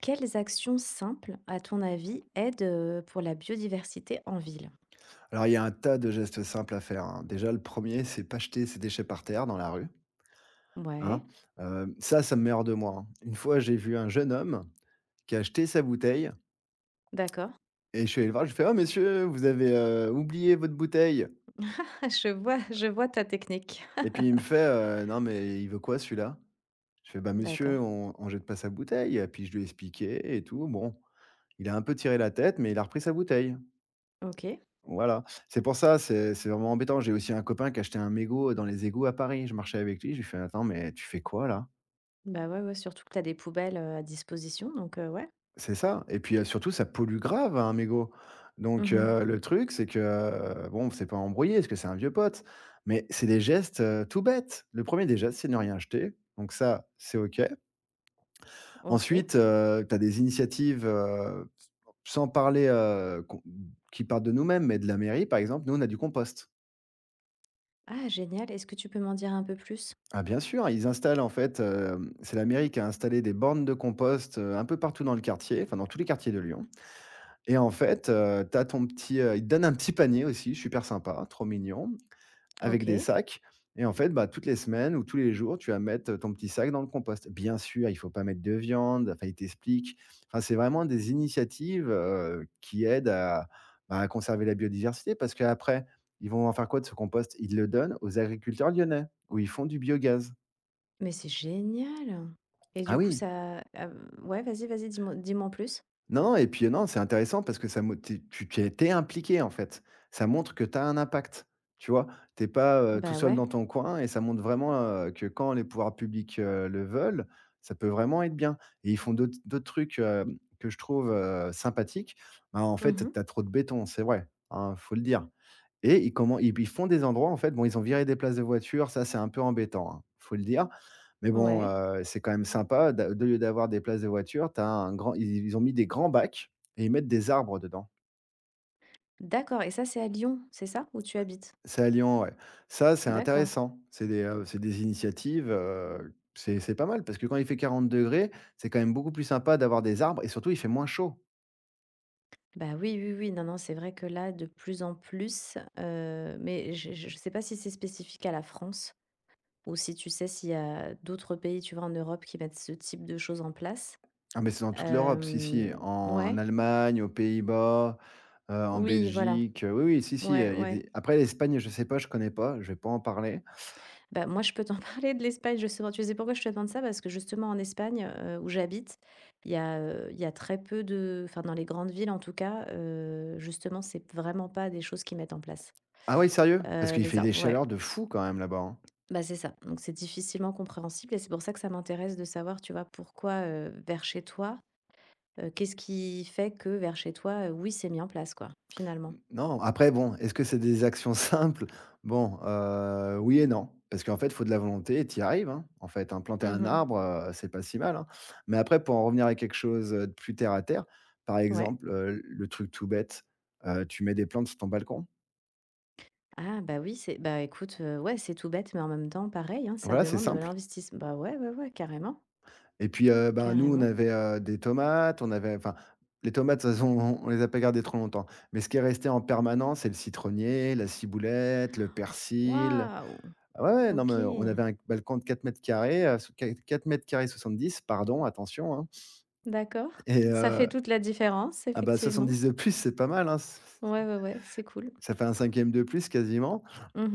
Quelles actions simples, à ton avis, aident pour la biodiversité en ville? Alors, il y a un tas de gestes simples à faire, hein. Déjà, le premier c'est pas jeter ses déchets par terre dans la rue, Ouais, hein. Ça, ça me met hors de moi, hein. Une fois, j'ai vu un jeune homme qui a jeté sa bouteille d'accord. et je suis allé le voir, je lui fais: «Oh monsieur, vous avez, oublié votre bouteille» Je vois ta technique. et puis il me fait: «Non mais il veut quoi celui-là?» Je fais: «Bah D'accord, monsieur, on jette pas sa bouteille» et puis je lui ai expliqué et tout. Bon, il a un peu tiré la tête, mais il a repris sa bouteille. OK. Voilà, c'est pour ça, c'est vraiment embêtant. J'ai aussi un copain qui achetait un mégot dans les égouts à Paris. Je marchais avec lui, je lui fais: «Attends, mais tu fais quoi là?» Bah, ouais, ouais, surtout que tu as des poubelles à disposition, donc ouais. C'est ça et puis, surtout ça pollue grave hein, un mégot. Donc, Mmh. heu, le truc c'est que, bon, c'est pas embrouillé parce que c'est un vieux pote, mais c'est des gestes, tout bêtes. Le premier er des gestes, c'est de ne rien jeter, donc ça, c'est OK. OK. Ensuite, tu as des initiatives, sans parler, qu'on qui partent de nous-mêmes, mais de la mairie par exemple, nous on a du compost. Ah génial, est-ce que tu peux m'en dire un peu plus? Ah bien sûr, ils installent en fait, c'est la mairie qui a installé des bornes de compost, un peu partout dans le quartier, enfin dans tous les quartiers de Lyon et en fait, ils te donnent un petit panier aussi, super sympa, trop mignon, avec des OK, sacs et en fait, bah, toutes les semaines ou tous les jours, tu vas mettre, ton petit sac dans le compost. Bien sûr, il faut pas mettre de viande, enfin ils t'expliquent. Enfin, c'est vraiment des initiatives, qui aident à, bah, à conserver la biodiversité parce qu'après, ils vont en faire quoi de ce compost? Ils le donnent aux agriculteurs lyonnais où ils font du biogaz. mais c'est génial! Et Ah du coup oui. Ouais, vas-y, vas-y, dis-moi dis-moi en plus. Non, non et puis, non, c'est intéressant parce que ça mo tu es tu tu es impliqué, en fait. Ça montre que tu as un impact, tu vois? T'es pas, tout Bah, seul ouais. dans ton coin et ça montre vraiment, que quand les pouvoirs publics, le veulent, ça peut vraiment être bien et ils font d'autres trucs, que je trouve, sympathiques. Bah en fait, Mmh. tu as trop de béton, c'est vrai, hein, faut le dire et ils commen ils ils font des endroits, en fait bon, ils ont viré des places de voitures, ça, c'est un peu embêtant, hein, faut le dire. Mais bon, Ouais. heu, c'est quand même sympa d'a au lieu d'avoir des places de voiture, t'as un grand ils ont mis des grands bacs et ils mettent des arbres dedans. D'accord et ça, c'est à Lyon, c'est ça? Où tu habites? C'est à Lyon, ouais. Ça, c'est D'accord. intéressant. C'est des, c'est des initiatives, c'est pas mal parce que quand il fait 40 degrés, c'est quand même beaucoup plus sympa d'avoir des arbres et surtout, il fait moins chaud. Bah oui, oui, oui, non, non, c'est vrai que là, de plus en plus, mais je sais pas si c'est spécifique à la France ou si tu sais s'il y a d'autres pays, tu vois, en Europe qui mettent ce type de choses en place. Ah, mais c'est dans toute l'Europe, si, si, en Ouais, Allemagne, aux Pays-Bas, en oui, mmh, voilà, Belgique, oui, oui, si, si, ouais, heu, il y a ouais. des après l'Espagne, je sais pas, je connais pas, je vais pas en parler. Bah, moi, je peux t'en parler de l'Espagne, justement. Tu sais pourquoi je te demande ça? Parce que justement en Espagne, où j'habite, il y a très peu de, enfin, dans les grandes villes en tout cas, justement, c'est vraiment pas des choses qu'ils mettent en place. Ah ouais, sérieux? Parce qu'il Les fait des arbres, ouais. chaleurs de fou quand même là-bas, hein. Bah, c'est ça, donc c'est difficilement compréhensible et c'est pour ça que ça m'intéresse de savoir, tu vois, pourquoi, vers chez toi, qu'est-ce qui fait que vers chez toi, oui, c'est mis en place, quoi, finalement? Non, après bon, est-ce que c'est des actions simples? Bon, oui et non. Parce qu'en fait, il faut de la volonté et tu y arrives, hein, en fait, hein. Planter un Mmh, arbre, c'est pas si mal, hein. Mais après pour en revenir à quelque chose, de plus terre à terre, par ouais. exemple, le truc tout bête, tu mets des plantes sur ton balcon. Ah bah, oui, c'est bah, écoute, ouais, c'est tout bête mais en même temps, pareil, hein, ça Voilà, c'est demande de simple. l'investissement. Bah, ouais, ouais, ouais, carrément, Et puis, ben, nous on carrément. avait, des tomates, on avait enfin, les tomates, de toute façon, on les a pas gardées trop longtemps. Mais ce qui est resté en permanence, c'est le citronnier, la ciboulette, le persil. Waouh! Ah ouais, ouais, non, mais on OK, avait un balcon de 4 m², 4,70 m², pardon, attention, hein. d'accord. et Ça heu, fait toute la différence, ah bah, effectivement. 70 de plus, c'est pas mal, hein, ç Ouais, ouais, ouais, c'est cool. ça fait un cinquième de plus quasiment.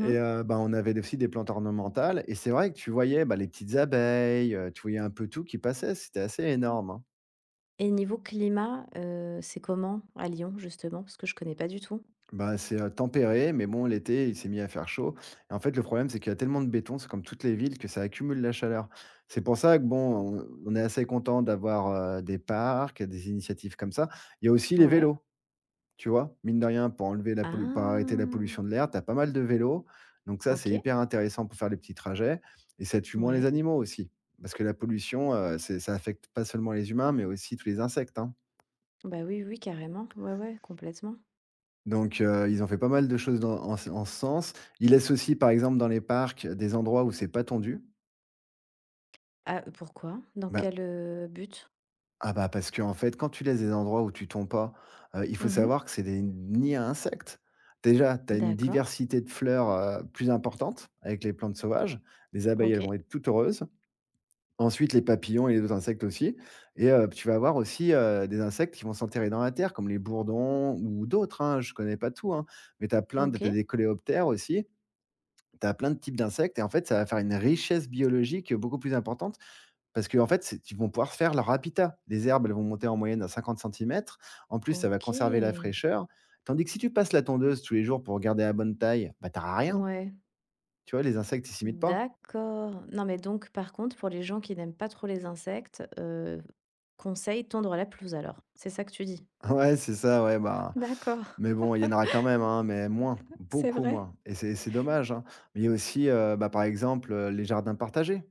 et heu, bah, on avait aussi des plantes ornementales et c'est vrai que tu voyais, bah, les petites abeilles, tu voyais un peu tout qui passait, c'était assez énorme, hein. et niveau climat, c'est comment à Lyon, justement? Parce que je connais pas du tout. Bah, c'est, tempéré, mais bon, l'été, il s'est mis à faire chaud et en fait, le problème, c'est qu'il y a tellement de béton, c'est comme toutes les villes, que ça accumule la chaleur. C'est pour ça que, bon, on est assez content d'avoir, des parcs, des initiatives comme ça. Il y a aussi les Ouais. vélos, tu vois? Mine de rien, pour enlever la pollu pour arrêter la Ah! pollution de l'air, tu as pas mal de vélos, donc ça, c'est OK. hyper intéressant pour faire les petits trajets et ça tue moins les Ouais. animaux aussi. Parce que la pollution, c'est ça affecte pas seulement les humains, mais aussi tous les insectes, hein. Bah, oui, oui, carrément. Ouais, ouais, complètement. Donc, ils ont fait pas mal de choses dans en ce sens. Ils laissent aussi, par exemple, dans les parcs, des endroits où c'est pas tondu. Ah, pourquoi? Dans Bah quel but? ah bah, parce qu'en fait, quand tu laisses des endroits où tu tonds pas, il faut Mmh. savoir que c'est des nids à insectes. Déjà, tu as une D'accord. diversité de fleurs, plus importante avec les plantes sauvages. Les abeilles, OK. elles vont être toutes heureuses. Ensuite, les papillons et les autres insectes aussi et tu vas avoir aussi, des insectes qui vont s'enterrer dans la terre comme les bourdons ou d'autres, hein, je connais pas tout, hein, mais tu as plein de t'as OK. des coléoptères aussi. Tu as plein de types d'insectes et en fait, ça va faire une richesse biologique beaucoup plus importante parce qu'en fait, ils vont pouvoir faire leur habitat. Les herbes, elles vont monter en moyenne à 50 centimètres. En plus, ça va conserver la OK. fraîcheur. Tandis que si tu passes la tondeuse tous les jours pour garder la bonne taille, bah, t'auras rien. Ouais. Tu vois, les insectes, ils s'imitent pas. D'accord. Non, mais donc par contre, pour les gens qui n'aiment pas trop les insectes, conseil: tondre la pelouse alors. C'est ça que tu dis? Ouais, c'est ça, ouais, bah. D'accord, Mais bon, il y en aura quand même, hein, mais moins, c'est beaucoup vrai? moins. Et c'est dommage, hein. Mais il y a aussi, bah, par exemple, les jardins partagés.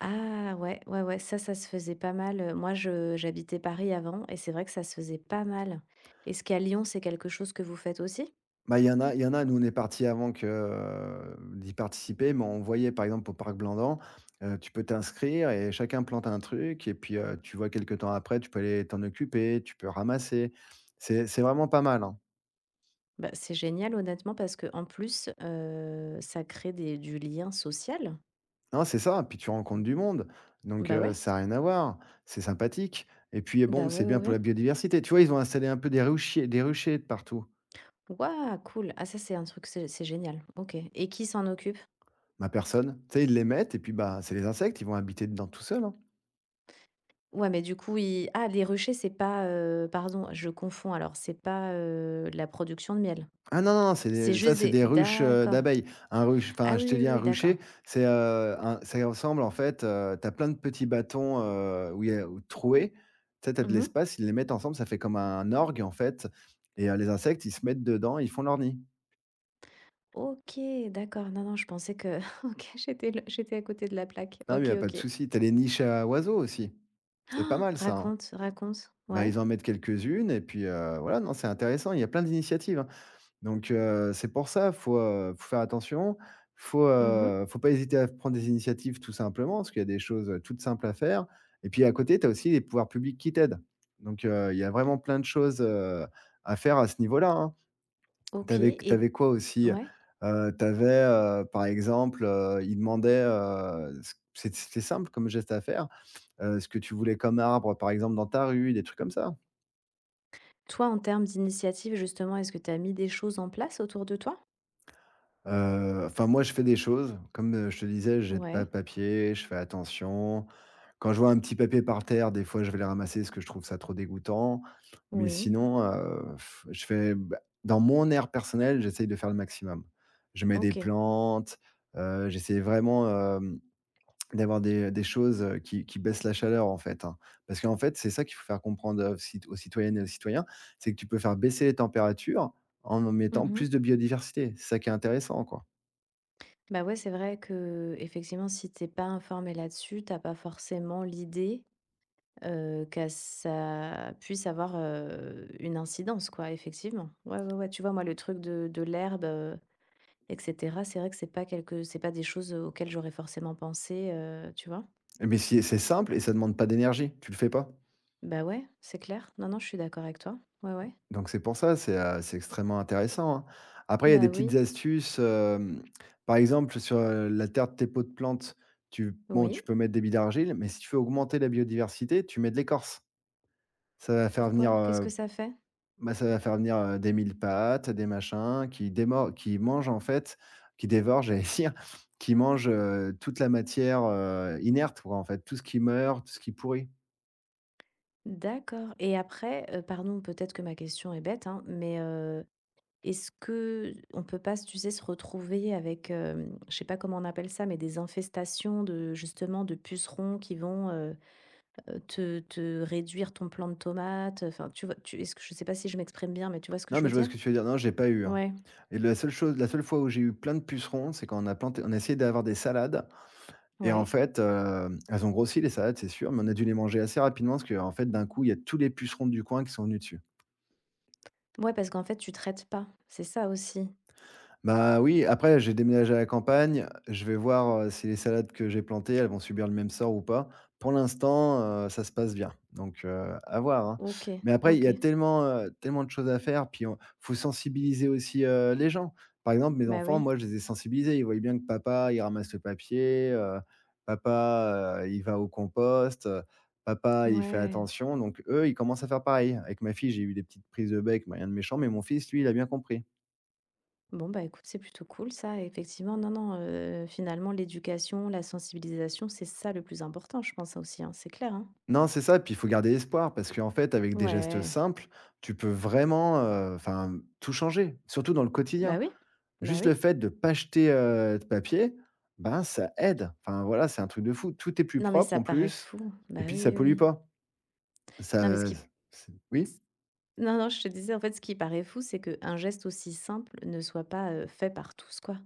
Ah ouais, ouais, ouais, ça se faisait pas mal, moi je j'habitais Paris avant et c'est vrai que ça se faisait pas mal. Est-ce qu'à Lyon, c'est quelque chose que vous faites aussi? Bah, il y en a, nous, on est partis avant que, d'y participer, mais on voyait, par exemple, au parc Blandan, tu peux t'inscrire et chacun plante un truc et puis, tu vois quelque temps après, tu peux aller t'en occuper, tu peux ramasser. C'est vraiment pas mal, hein. Bah, c'est génial honnêtement parce que en plus, ça crée des du lien social. Non, c'est ça, puis tu rencontres du monde, donc Bah ouais, ça a rien à voir, c'est sympathique et puis, bah bon, ouais, c'est ouais, bien pour ouais. la biodiversité. Tu vois, ils ont installé un peu des ruchers de partout. Waouh, cool! Ah ça, c'est un truc, c'est génial. OK et qui s'en occupe? Ma personne. Tu sais, ils les mettent et puis, bah, c'est les insectes, ils vont habiter dedans tout seuls, hein. Ouais, mais du coup, ils ah les ruchers, c'est pas, pardon, je confonds alors, c'est pas, de la production de miel? Ah non, non, non, c'est C'est des ça, juste c'est des des ruches, D'accord. d'abeilles. Un ruche Ah enfin, oui, je t'ai oui, dit oui, un oui, d'accord. rucher, c'est, un ça ressemble en fait, tu as plein de petits bâtons, où il y a où troués. Tu sais, tu as de Mmh. l'espace, ils les mettent ensemble, ça fait comme un orgue en fait et les insectes, ils se mettent dedans, ils font leur nid. OK, d'accord. Non, non, je pensais que OK, j'étais à côté de la plaque. Non, mais il y OK, a pas de OK. souci. Tu as les niches à oiseaux aussi. C'est pas Ah, mal ça, hein. raconte, raconte. Bah, ils Ouais. en mettent quelques-unes et puis, voilà, non, c'est intéressant. Il y a plein d'initiatives, hein. Donc c'est pour ça, faut, faut faire attention. Faut, Mmh. heu, faut pas hésiter à prendre des initiatives tout simplement, parce qu'il y a des choses, toutes simples à faire et puis à côté, tu as aussi les pouvoirs publics qui t'aident. Donc il y a vraiment plein de choses, à faire à ce niveau-là, hein. Tu OK et avais quoi aussi? ouais. Tu avais, par exemple, ils demandaient, ce c'est simple comme geste à faire, ce que tu voulais comme arbre, par exemple, dans ta rue, des trucs comme ça. Toi, en termes d'initiative, justement, est-ce que tu as mis des choses en place autour de toi? Enfin moi je fais des choses, comme, je te disais, je jette pas Ouais. de papier, je fais attention. Quand je vois un petit papier par terre, des fois je vais le ramasser parce que je trouve ça trop dégoûtant. Mais Oui. sinon, je fais bah, dans mon air personnel, j'essaye de faire le maximum. Je mets des OK. plantes, j'essaie vraiment, d'avoir des choses, qui baissent la chaleur en fait, hein. Parce qu'en fait, c'est ça qu'il faut faire comprendre, aux citoyennes et aux citoyens, c'est que tu peux faire baisser les températures en mettant Mmh. plus de biodiversité. C'est ça qui est intéressant, quoi. Bah, ouais, c'est vrai que effectivement, si t'es pas informé là-dessus, t'as pas forcément l'idée, que ça puisse avoir, une incidence, quoi, effectivement. Ouais, ouais, ouais. Tu vois, moi, le truc de l'herbe, et cetera. C'est vrai que c'est pas des choses auxquelles j'aurais forcément pensé, tu vois? Mais si c'est simple et ça demande pas d'énergie, tu le fais pas. Bah, ouais, c'est clair. Non, non, je suis d'accord avec toi. Ouais, ouais. Donc c'est pour ça, c'est extrêmement intéressant, hein. Après, il y a Bah, des petites oui, astuces, par exemple, sur, la terre de tes pots de plantes, tu bon, oui. tu peux mettre des billes d'argile, mais si tu veux augmenter la biodiversité, tu mets de l'écorce. Ça va faire venir, Pourquoi? Qu'est-ce que ça fait? Bah, ça va faire venir, des mille-pattes, des machins qui mangent, en fait, qui dévorent, j'allais dire, qui mangent, toute la matière, inerte, quoi, en fait, tout ce qui meurt, tout ce qui pourrit. D'accord et après, pardon, peut-être que ma question est bête, hein, mais, est-ce que on peut pas, tu sais, se retrouver avec, je sais pas comment on appelle ça, mais des infestations de, justement, de pucerons qui vont, te réduire ton plant de tomates, enfin, tu vois? Tu Est-ce que je sais pas si je m'exprime bien, mais tu vois ce que Non, je mais veux je vois ce dire? que tu veux dire. Non, j'ai pas eu, hein. Ouais. Et la seule fois où j'ai eu plein de pucerons, c'est quand on a essayé d'avoir des salades et en Ouais. fait, elles ont grossi les salades, c'est sûr, mais on a dû les manger assez rapidement parce que, en fait, d'un coup, il y a tous les pucerons du coin qui sont venus dessus. Ouais, parce qu'en fait, tu traites pas. C'est ça aussi. Bah, oui, après j'ai déménagé à la campagne, je vais voir, si les salades que j'ai plantées, elles vont subir le même sort ou pas. Pour l'instant, ça se passe bien, donc à voir, hein. OK, Mais après il y a OK. tellement, tellement de choses à faire, puis on faut sensibiliser aussi, les gens. Par exemple, mes Bah enfants, oui. moi, je les ai sensibilisés. Ils voyaient bien que papa, il ramasse le papier, papa, il va au compost, papa, il fait Ouais. attention, donc eux, ils commencent à faire pareil. Avec ma fille, j'ai eu des petites prises de bec, mais rien de méchant, mais mon fils, lui, il a bien compris. Bon, bah écoute, c'est plutôt cool ça. Effectivement, non, non, finalement, l'éducation, la sensibilisation, c'est ça le plus important, je pense aussi, hein. C'est clair, hein. Non, c'est ça, puis il faut garder espoir parce qu'en fait, avec des gestes Ouais. simples, tu peux vraiment, enfin, tout changer, surtout dans le Bah quotidien. oui. Bah Juste le oui. fait de ne pas jeter, de papier, ben, ça aide. Enfin, voilà, c'est un truc de fou. Tout est plus Non, mais propre ça en paraît plus fou. et Bah puis ça oui, oui, pollue oui. pas. Non, mais ce Ça, qui. c'est oui? Non, non, je te disais, en fait, ce qui paraît fou, c'est qu'un geste aussi simple ne soit pas fait par tous, quoi.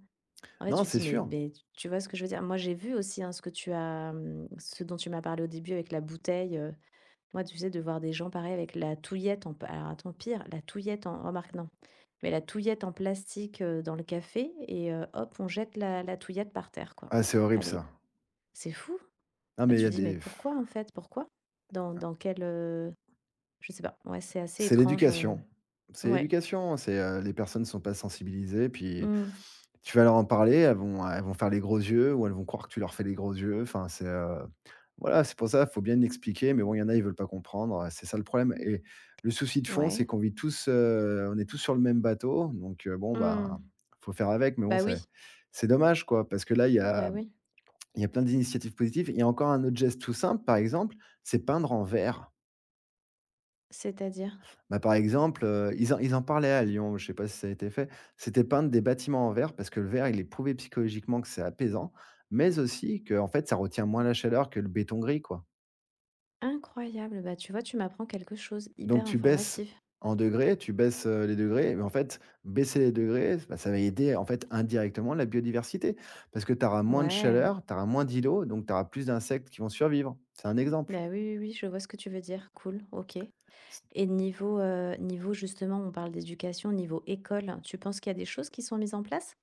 En fait, Non, tu c'est dis mais sûr. mais tu vois ce que je veux dire? Moi, j'ai vu aussi, hein, ce que tu as, mmh, ce dont tu m'as parlé au début avec la bouteille, moi, tu sais, de voir des gens pareil avec la touillette en p alors attends, pire, la touillette en remarque non, mais la touillette en plastique, dans le café et hop, on jette la touillette par terre, quoi. Ah, c'est horrible Allez, ça. c'est fou! Non, Bah, mais il y tu a dis: «Mais des pourquoi, en fait? Pourquoi? Dans quel?» Je sais pas. Ouais, c'est assez C'est étrange, l'éducation. C'est ouais. l'éducation, les personnes sont pas sensibilisées, puis Mmh. tu vas leur en parler, elles vont faire les gros yeux ou elles vont croire que tu leur fais les gros yeux. Enfin, voilà, c'est pour ça, faut bien expliquer, mais bon, il y en a, ils veulent pas comprendre, c'est ça le problème et le souci de fond, c'est Ouais. qu'on vit tous, on est tous sur le même bateau, donc bon, Mmh. bah, faut faire avec, mais bon, Bah oui, c'est dommage, quoi, parce que là, bah oui. il y a plein d'initiatives positives. Il y a encore un autre geste tout simple, par exemple, c'est peindre en vert. C'est-à-dire? Bah, par exemple, ils en parlaient à Lyon, je ne sais pas si ça a été fait. C'était peindre des bâtiments en verre parce que le verre, il est prouvé psychologiquement que c'est apaisant, mais aussi que en fait, ça retient moins la chaleur que le béton gris, quoi. Incroyable, bah, tu vois, tu m'apprends quelque chose, Donc hyper tu baisses informatif. en degrés, tu baisses, les degrés, mais en fait, baisser les degrés, bah, ça va aider, en fait, indirectement la biodiversité parce que tu auras moins de Ouais, chaleur, tu auras moins d'îlots, donc tu auras plus d'insectes qui vont survivre. C'est un exemple. bah, oui, oui, oui, je vois ce que tu veux dire, cool, OK. Et niveau justement, on parle d'éducation, niveau école, tu penses qu'il y a des choses qui sont mises en place?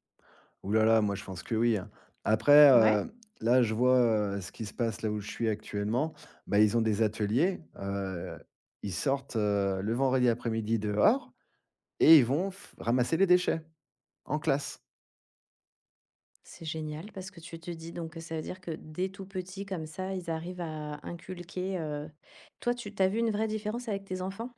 Ouh là là, moi je pense que oui, hein. Après, Ouais? Là je vois, ce qui se passe là où je suis actuellement. Bah, ils ont des ateliers, ils sortent, le vendredi après-midi dehors et ils vont f ramasser les déchets en classe. C'est génial parce que tu te dis donc que ça veut dire que dès tout petit comme ça, ils arrivent à inculquer. Toi, tu as vu une vraie différence avec tes enfants?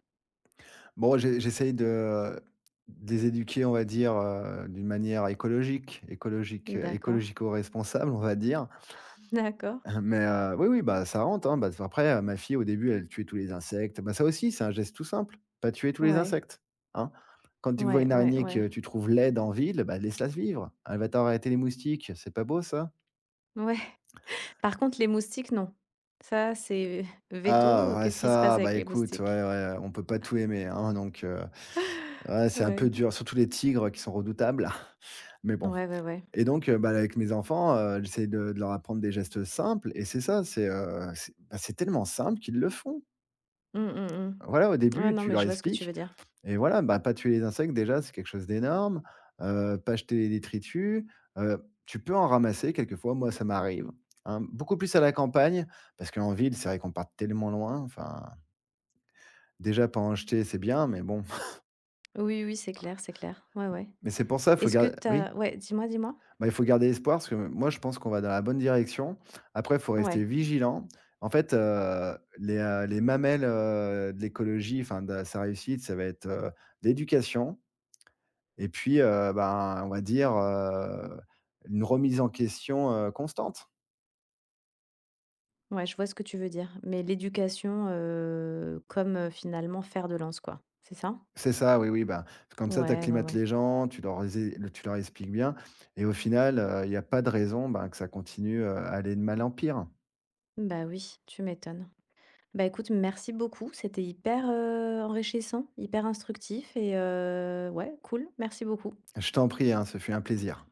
Bon, j'essaye de les éduquer, on va dire, d'une manière écologique, D'accord, écologico-responsable, on va dire. d'accord. Mais oui, oui, bah, ça rentre, hein. Bah, après, ma fille, au début, elle tuait tous les insectes. Bah, ça aussi, c'est un geste tout simple, pas tuer tous les Ouais, insectes, hein. Quand tu vois ouais, une ouais, araignée ouais, que tu trouves laide en ville, bah, laisse-la vivre. Elle va t'arrêter les moustiques, c'est pas beau ça? ouais. Par contre, les moustiques, non. Ça, c'est Ah, veto, ouais, qu'est-ce qui se passe ça, bah, avec les écoute, ouais, moustiques? ouais, on peut pas tout aimer, hein, donc ouais, c'est un Ouais. peu dur, surtout les tigres qui sont redoutables, mais bon Ouais, ouais, ouais. et donc bah, avec mes enfants, j'essaie de leur apprendre des gestes simples et c'est ça, c'est bah, c'est tellement simple qu'ils le font. Mmh, mmh, Voilà, au mmh. Ouais, début, non, tu mais leur je vois ce que tu veux expliques dire. Et voilà, bah, pas tuer les insectes déjà, c'est quelque chose d'énorme, pas jeter les détritus, tu peux en ramasser quelquefois, moi ça m'arrive, hein. Beaucoup plus à la campagne parce qu'en ville, c'est vrai qu'on part tellement loin, enfin, déjà pas en jeter, c'est bien, mais bon, Oui, oui, c'est clair, c'est clair. Ouais, ouais. mais c'est pour ça, faut Est-ce que garder, oui, t'as ouais, dis-moi, dis-moi? bah, il faut garder espoir parce que moi je pense qu'on va dans la bonne direction. Après, il faut rester Ouais, vigilant. En fait, les mamelles, de l'écologie, enfin de sa réussite, ça va être, l'éducation. Et puis, ben, on va dire, une remise en question, constante. ouais, je vois ce que tu veux dire. Mais l'éducation, comme, finalement faire de lance, quoi, c'est ça? C'est ça, oui, oui, ben, comme ça tu Ouais, ouais, acclimates ouais. les gens, tu leur expliques bien et au final, il y a pas de raison, ben, que ça continue, à aller de mal en pire. Bah, oui, tu m'étonnes. Bah, écoute, merci beaucoup, c'était hyper, enrichissant, hyper instructif et ouais, cool, merci beaucoup. Je t'en prie, hein, ce fut un plaisir.